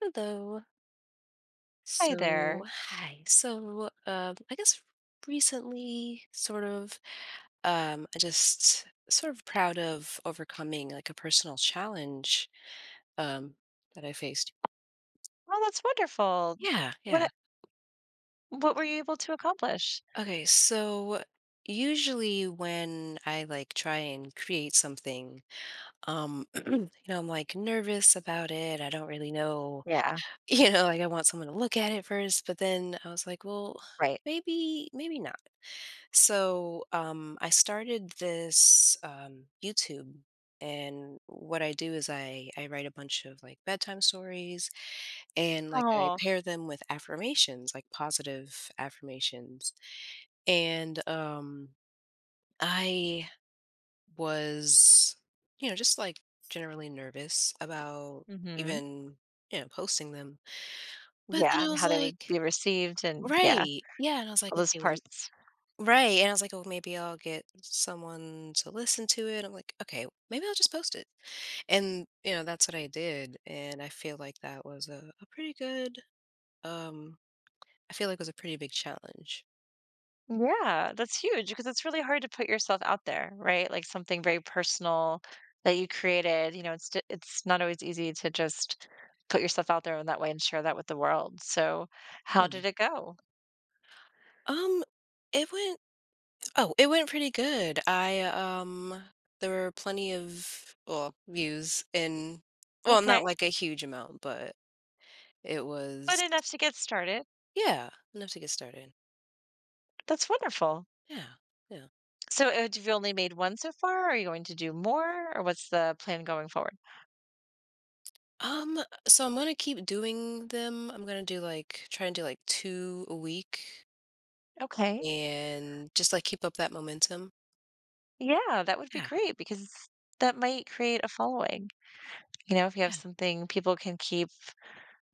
Hello. Hi there. I guess recently, I just sort of proud of overcoming like a personal challenge, um, that I faced. Oh, that's wonderful. Yeah. What what were you able to accomplish? Okay, so usually when I like try and create something, you know, I'm like nervous about it. I don't really know, Yeah, you know, like I want someone to look at it first, but then I was like, well, right. maybe not. So I started this YouTube, and what I do is I write a bunch of like bedtime stories, and like I Oh. pair them with affirmations, like positive affirmations. And I was, you know, just like generally nervous about Mhm. even you know posting them, but Yeah, then I and was how they would like. be received, and yeah, Right. Yeah. And I was like, all those okay, well, parts. right, and I was like, "Oh, maybe I'll get someone to listen to it." I'm like, "Okay, maybe I'll just post it." And, you know, that's what I did, and I feel like that was a pretty good, um I feel like it was a pretty big challenge. Yeah, that's huge because it's really hard to put yourself out there, right? Like something very personal that you created, you know, it's not always easy to just put yourself out there in that way and share that with the world. So, how Yeah. did it go? Um, it went oh, it went pretty good. I, there were plenty of, well, views and well, not Okay. like a huge amount, but it Good was enough to get started. yeah, enough to get started. That's wonderful. Yeah, yeah. So, d you've only made 1 so far? Are you going to do more, or what's the plan going forward? Um, so I'm gonna keep doing them. I'm gonna do like try and do like two a week Okay. and just like keep up that momentum. Yeah, that would be Yeah, great because that might create a following. You know, if you have yeah. something people can keep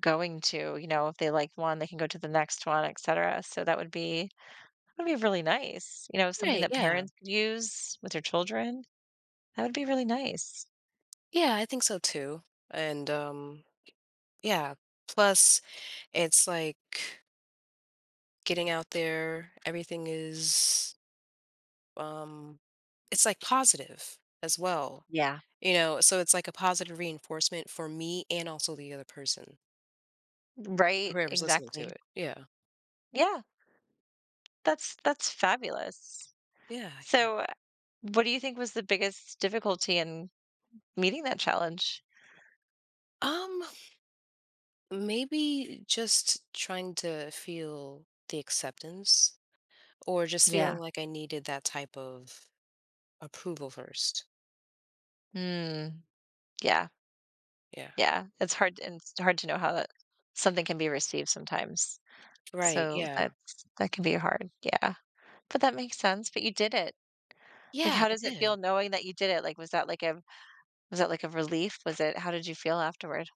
going to, you know, if they like 1, they can go to the next one, etcetera. So that would be really nice. You know, something Right, that yeah. parents could use with their children. That would be really nice. Yeah, I think so too. And yeah, plus it's like getting out there, everything is um it's like positive as well. Yeah. You know, so it's like a positive reinforcement for me and also the other person, Right, whoever's listening to exactly. it. Yeah. Yeah, that's fabulous. Yeah, yeah. So, what do you think was the biggest difficulty in meeting that challenge? Um Maybe just trying to feel the acceptance or just feeling Yeah. like I needed that type of approval first. Mm, yeah, Yeah. yeah, it's hard, and it's hard to know how that something can be received sometimes. Right. So Yeah. that's that can be hard, yeah, but that makes sense, but you did it. Like, Yeah, how I does it did. feel knowing that you did it? Like, was that like a relief? Was it How did you feel afterward?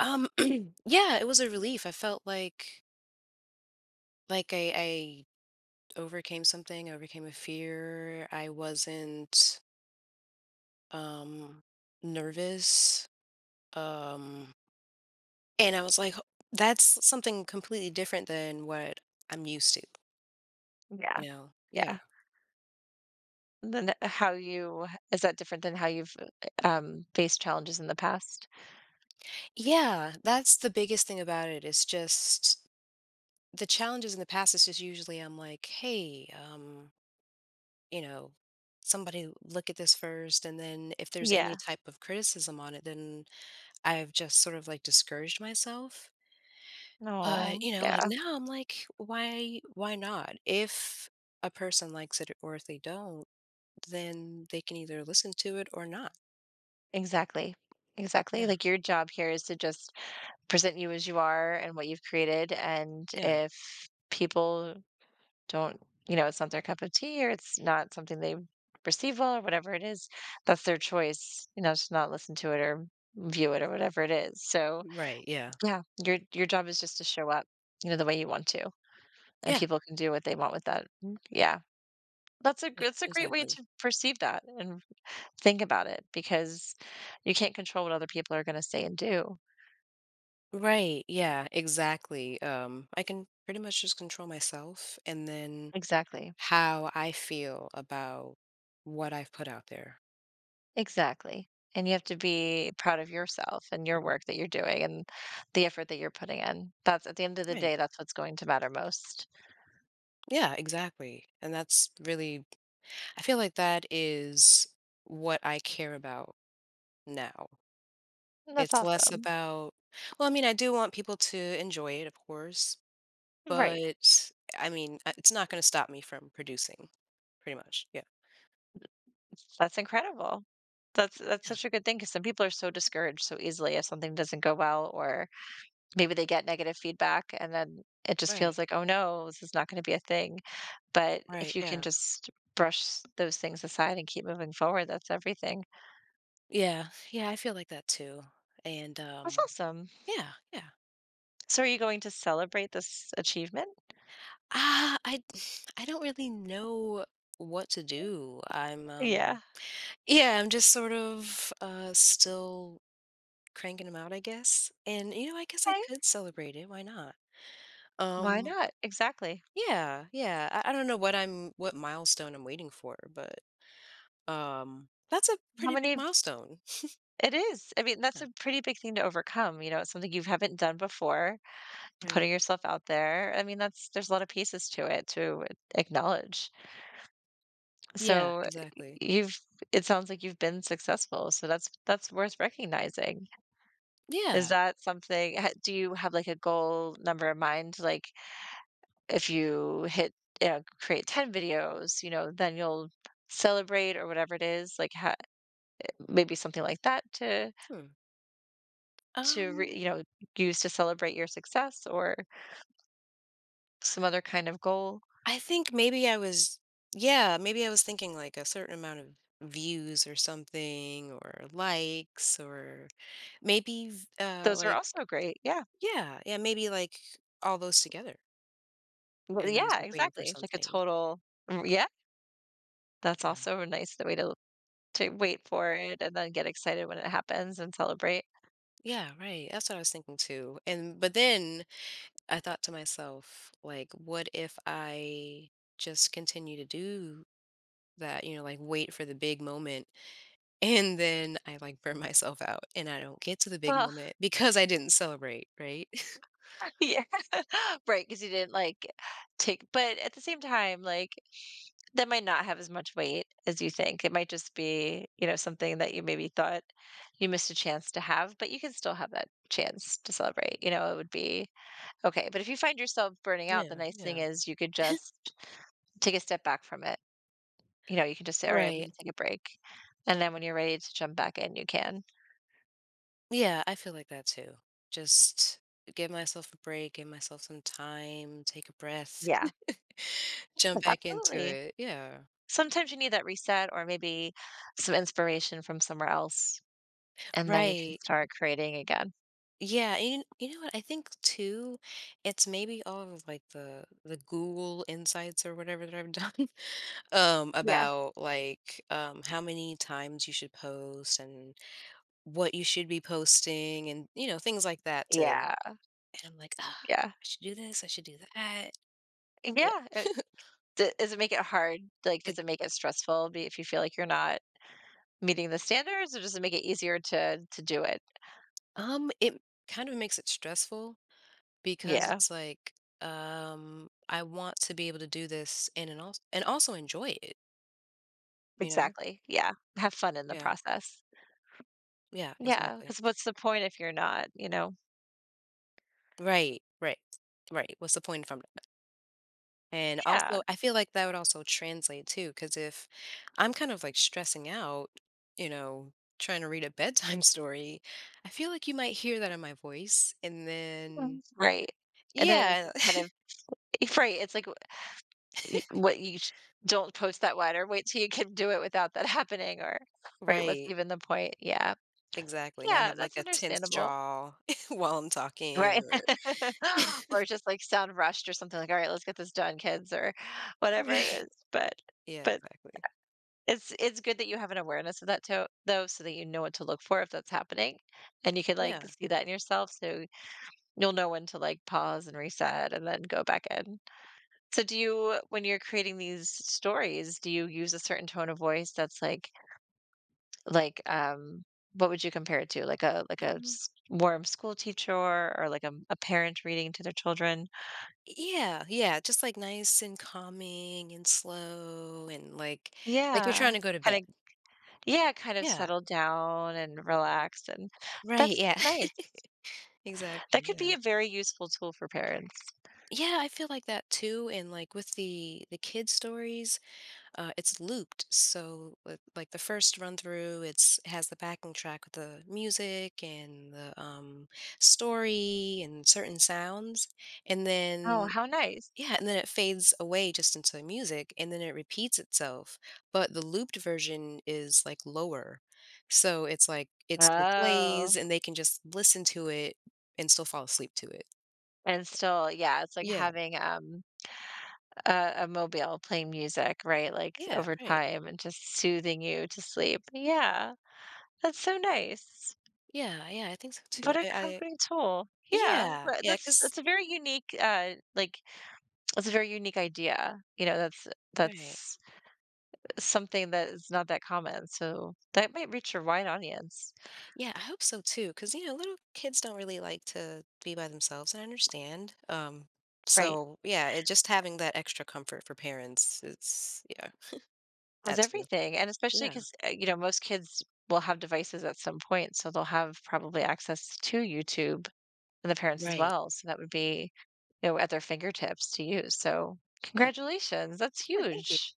Um yeah, it was a relief. I felt like like I overcame something, I overcame a fear. I wasn't um nervous. Um and I was like "Ho- that's something completely different than what I'm used to, Yeah. you know. Yeah. Yeah, and then how you is that different than how you've, faced challenges in the past? Yeah, that's the biggest thing about it. It's just the challenges in the past is just usually I'm like, hey, you know, somebody look at this first. And then if there's any Yeah. type of criticism on it, then I've just sort of like discouraged myself. But, No, you know, like yeah, now I'm like, why not? If a person likes it or if they don't, then they can either listen to it or not. exactly, exactly, Yeah. like, your job here is to just present you as you are and what you've created. And Yeah. if people don't, you know, it's not their cup of tea, or it's not something they receive well, or whatever it is, that's their choice, you know, to not listen to it or view it or whatever it is. So Right. Yeah. yeah, your job is just to show up, you know, the way you want to. And Yeah. people can do what they want with that. Mm, yeah. Yeah. That's a great way Exactly. to perceive that and think about it, because you can't control what other people are going to say and do. Right. Yeah, exactly. I can pretty much just control myself and then Exactly. how I feel about what I've put out there. Exactly, and you have to be proud of yourself and your work that you're doing and the effort that you're putting in. That's at the end of the Right. day, that's what's going to matter most, Yeah, exactly. And that's really, I feel like that is what I care about now. and that's It's less awesome. about, well, I mean, I do want people to enjoy it, of course, Right, but I mean, it's not going to stop me from producing, pretty much. Yeah. that's incredible. That's Yeah. such a good thing, because some people are so discouraged so easily if something doesn't go well or maybe they get negative feedback, and then it just Right. feels like, "Oh, no, this is not gonna be a thing." But Right. if you can Yeah. just brush those things aside and keep moving forward, that's everything. Yeah, yeah, I feel like that too. And That's awesome. yeah, yeah. So are you going to celebrate this achievement? Ah, I I don't really know what to do. I'm Yeah. yeah, I'm just sort of still cranking them out, I guess. And you know, I guess I Hey, could celebrate it. Why not? why Um not? Exactly. yeah, yeah. I don't know what I'm what milestone I'm waiting for, but that's a How pretty big many milestone. it is. I mean, that's Yeah, a pretty big thing to overcome. You know, it's something you haven't done before, right. putting yourself out there. I mean, that's there's a lot of pieces to it to acknowledge. Yeah, So exactly. you've it sounds like you've been successful. So that's worth recognizing. Is Yeah. that something ha- Do you have like a goal number in mind? Like if you hit, you know, create 10 videos, you know, then you'll celebrate or whatever it is. Like how maybe something like that Hmm. to re, Um you know use to celebrate your success or some other kind of goal. I think maybe I was, yeah, maybe I was thinking like a certain amount of views or something, or likes, or maybe Those are like, also great, yeah. yeah, yeah, maybe like all those together. Well, And I was yeah, like waiting for exactly, it's like a something. total yeah, that's Yeah, also a nice way to wait for it and then get excited when it happens and celebrate. yeah, right. That's what I was thinking too. And but then I thought to myself, like, what if I just continue to do that? You know, like wait for the big moment. And then I, like, burn myself out, and I don't get to the big Well, moment because I didn't celebrate, right? yeah. Right. Because you didn't, like, take, but at the same time, like, that might not have as much weight as you think. It might just be, you know, something that you maybe thought you missed a chance to have, but you can still have that chance to celebrate, you know, it would be okay. But if you find yourself burning out, the Yeah, nice thing yeah. is you could just take a step back from it. You know, you can just say, "All right, I'm Right. gonna take a break." And then when you're ready to jump back in, you can. Yeah, I feel like that too. Just give myself a break, give myself some time, take a breath, Yeah, jump back into absolutely. it. Yeah. Sometimes you need that reset or maybe some inspiration from somewhere else, and then you can Right. start creating again. Yeah, and you know what? I think too, it's maybe all of, like, the Google insights or whatever that I've done, Yeah, about, like, how many times you should post and what you should be posting and you know things like that to and yeah, i'm like ah yeah, i should do this I should do that yeah yeah, d does it make it hard? Like, does it it make it stressful be if you feel like you're not meeting the standards, or does it make it easier to do it? it kind of makes it stressful because Yeah, it's like I want to be able to do this and and also enjoy it you know exactly, yeah, have fun in the yeah process. yeah Yeah, exactly because what's the point if you're not, you know? right right right what's the point if I'm And Yeah, also, I feel like that would also translate too, because if I'm kind of like stressing out, you know, trying to read a bedtime story, I feel like you might hear that in my voice. And mm, then, right, and then it's yeah, just kind of right, it's like Y what you sh don't post that one, or wait till you can do it without that happening, or right, what's right, even the point? Yeah. exactly. Not Yeah, have like that's a tense understandable. jaw while I'm talking. Right. Or, Or just, like, sound rushed or something like, "Alright, let's get this done, kids," or whatever it right. is, but Yeah, but exactly. It's good that you have an awareness of that too though, so that you know what to look for if that's happening, and you can, like, Yeah. see that in yourself, so you'll know when to, like, pause and reset and then go back in. So do you when you're creating these stories, do you use a certain tone of voice that's like like, um, what would you compare it to? Like a Um, s warm school teacher or like a parent reading to their children? yeah, yeah, just like nice and calming and slow and like you're Yeah. trying to go to bed. Kinda, yeah, kind of Yeah. settled down and relaxed, and Right, that's yeah. so nice. Exactly. That could Yeah. be a very useful tool for parents. Yeah, I feel like that too. And like with the kid stories, it's looped. So with, like the first run through, it's it has the backing track with the music and the story and certain sounds, and Oh, then how nice. yeah, and then it fades away just into music, and then it repeats itself. But the looped version is like lower, so it's like it still Oh, plays, and they can just listen to it and still fall asleep to it. and still, yeah, it's like Yeah, having, um, a mobile playing music, right, like, yeah, over right. time and just soothing you to sleep. Yeah, that's so nice. Yeah, yeah, I think so too. What a I comforting tool. Yeah, yeah, but yeah, that's because that's a very unique, like, that's a very unique idea, you know, right, that's something that is not that common, so that might reach a wide audience. yeah, I hope so too. Because you know, little kids don't really like to be by themselves, and I understand. Right? So yeah, it just having that extra comfort for parents, it's yeah, that Was too. everything, and especially Yeah, because, you know, most kids will have devices at some point, so they'll have probably access to YouTube. And the parents as right. well, so that would be, you know, at their fingertips to use, so Yeah, congratulations, that's yeah. Huge.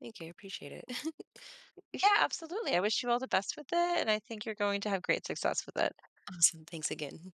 Thank you, I appreciate it. Yeah, absolutely, I wish you all the best with it, and I think you're going to have great success with it. Awesome. Thanks again.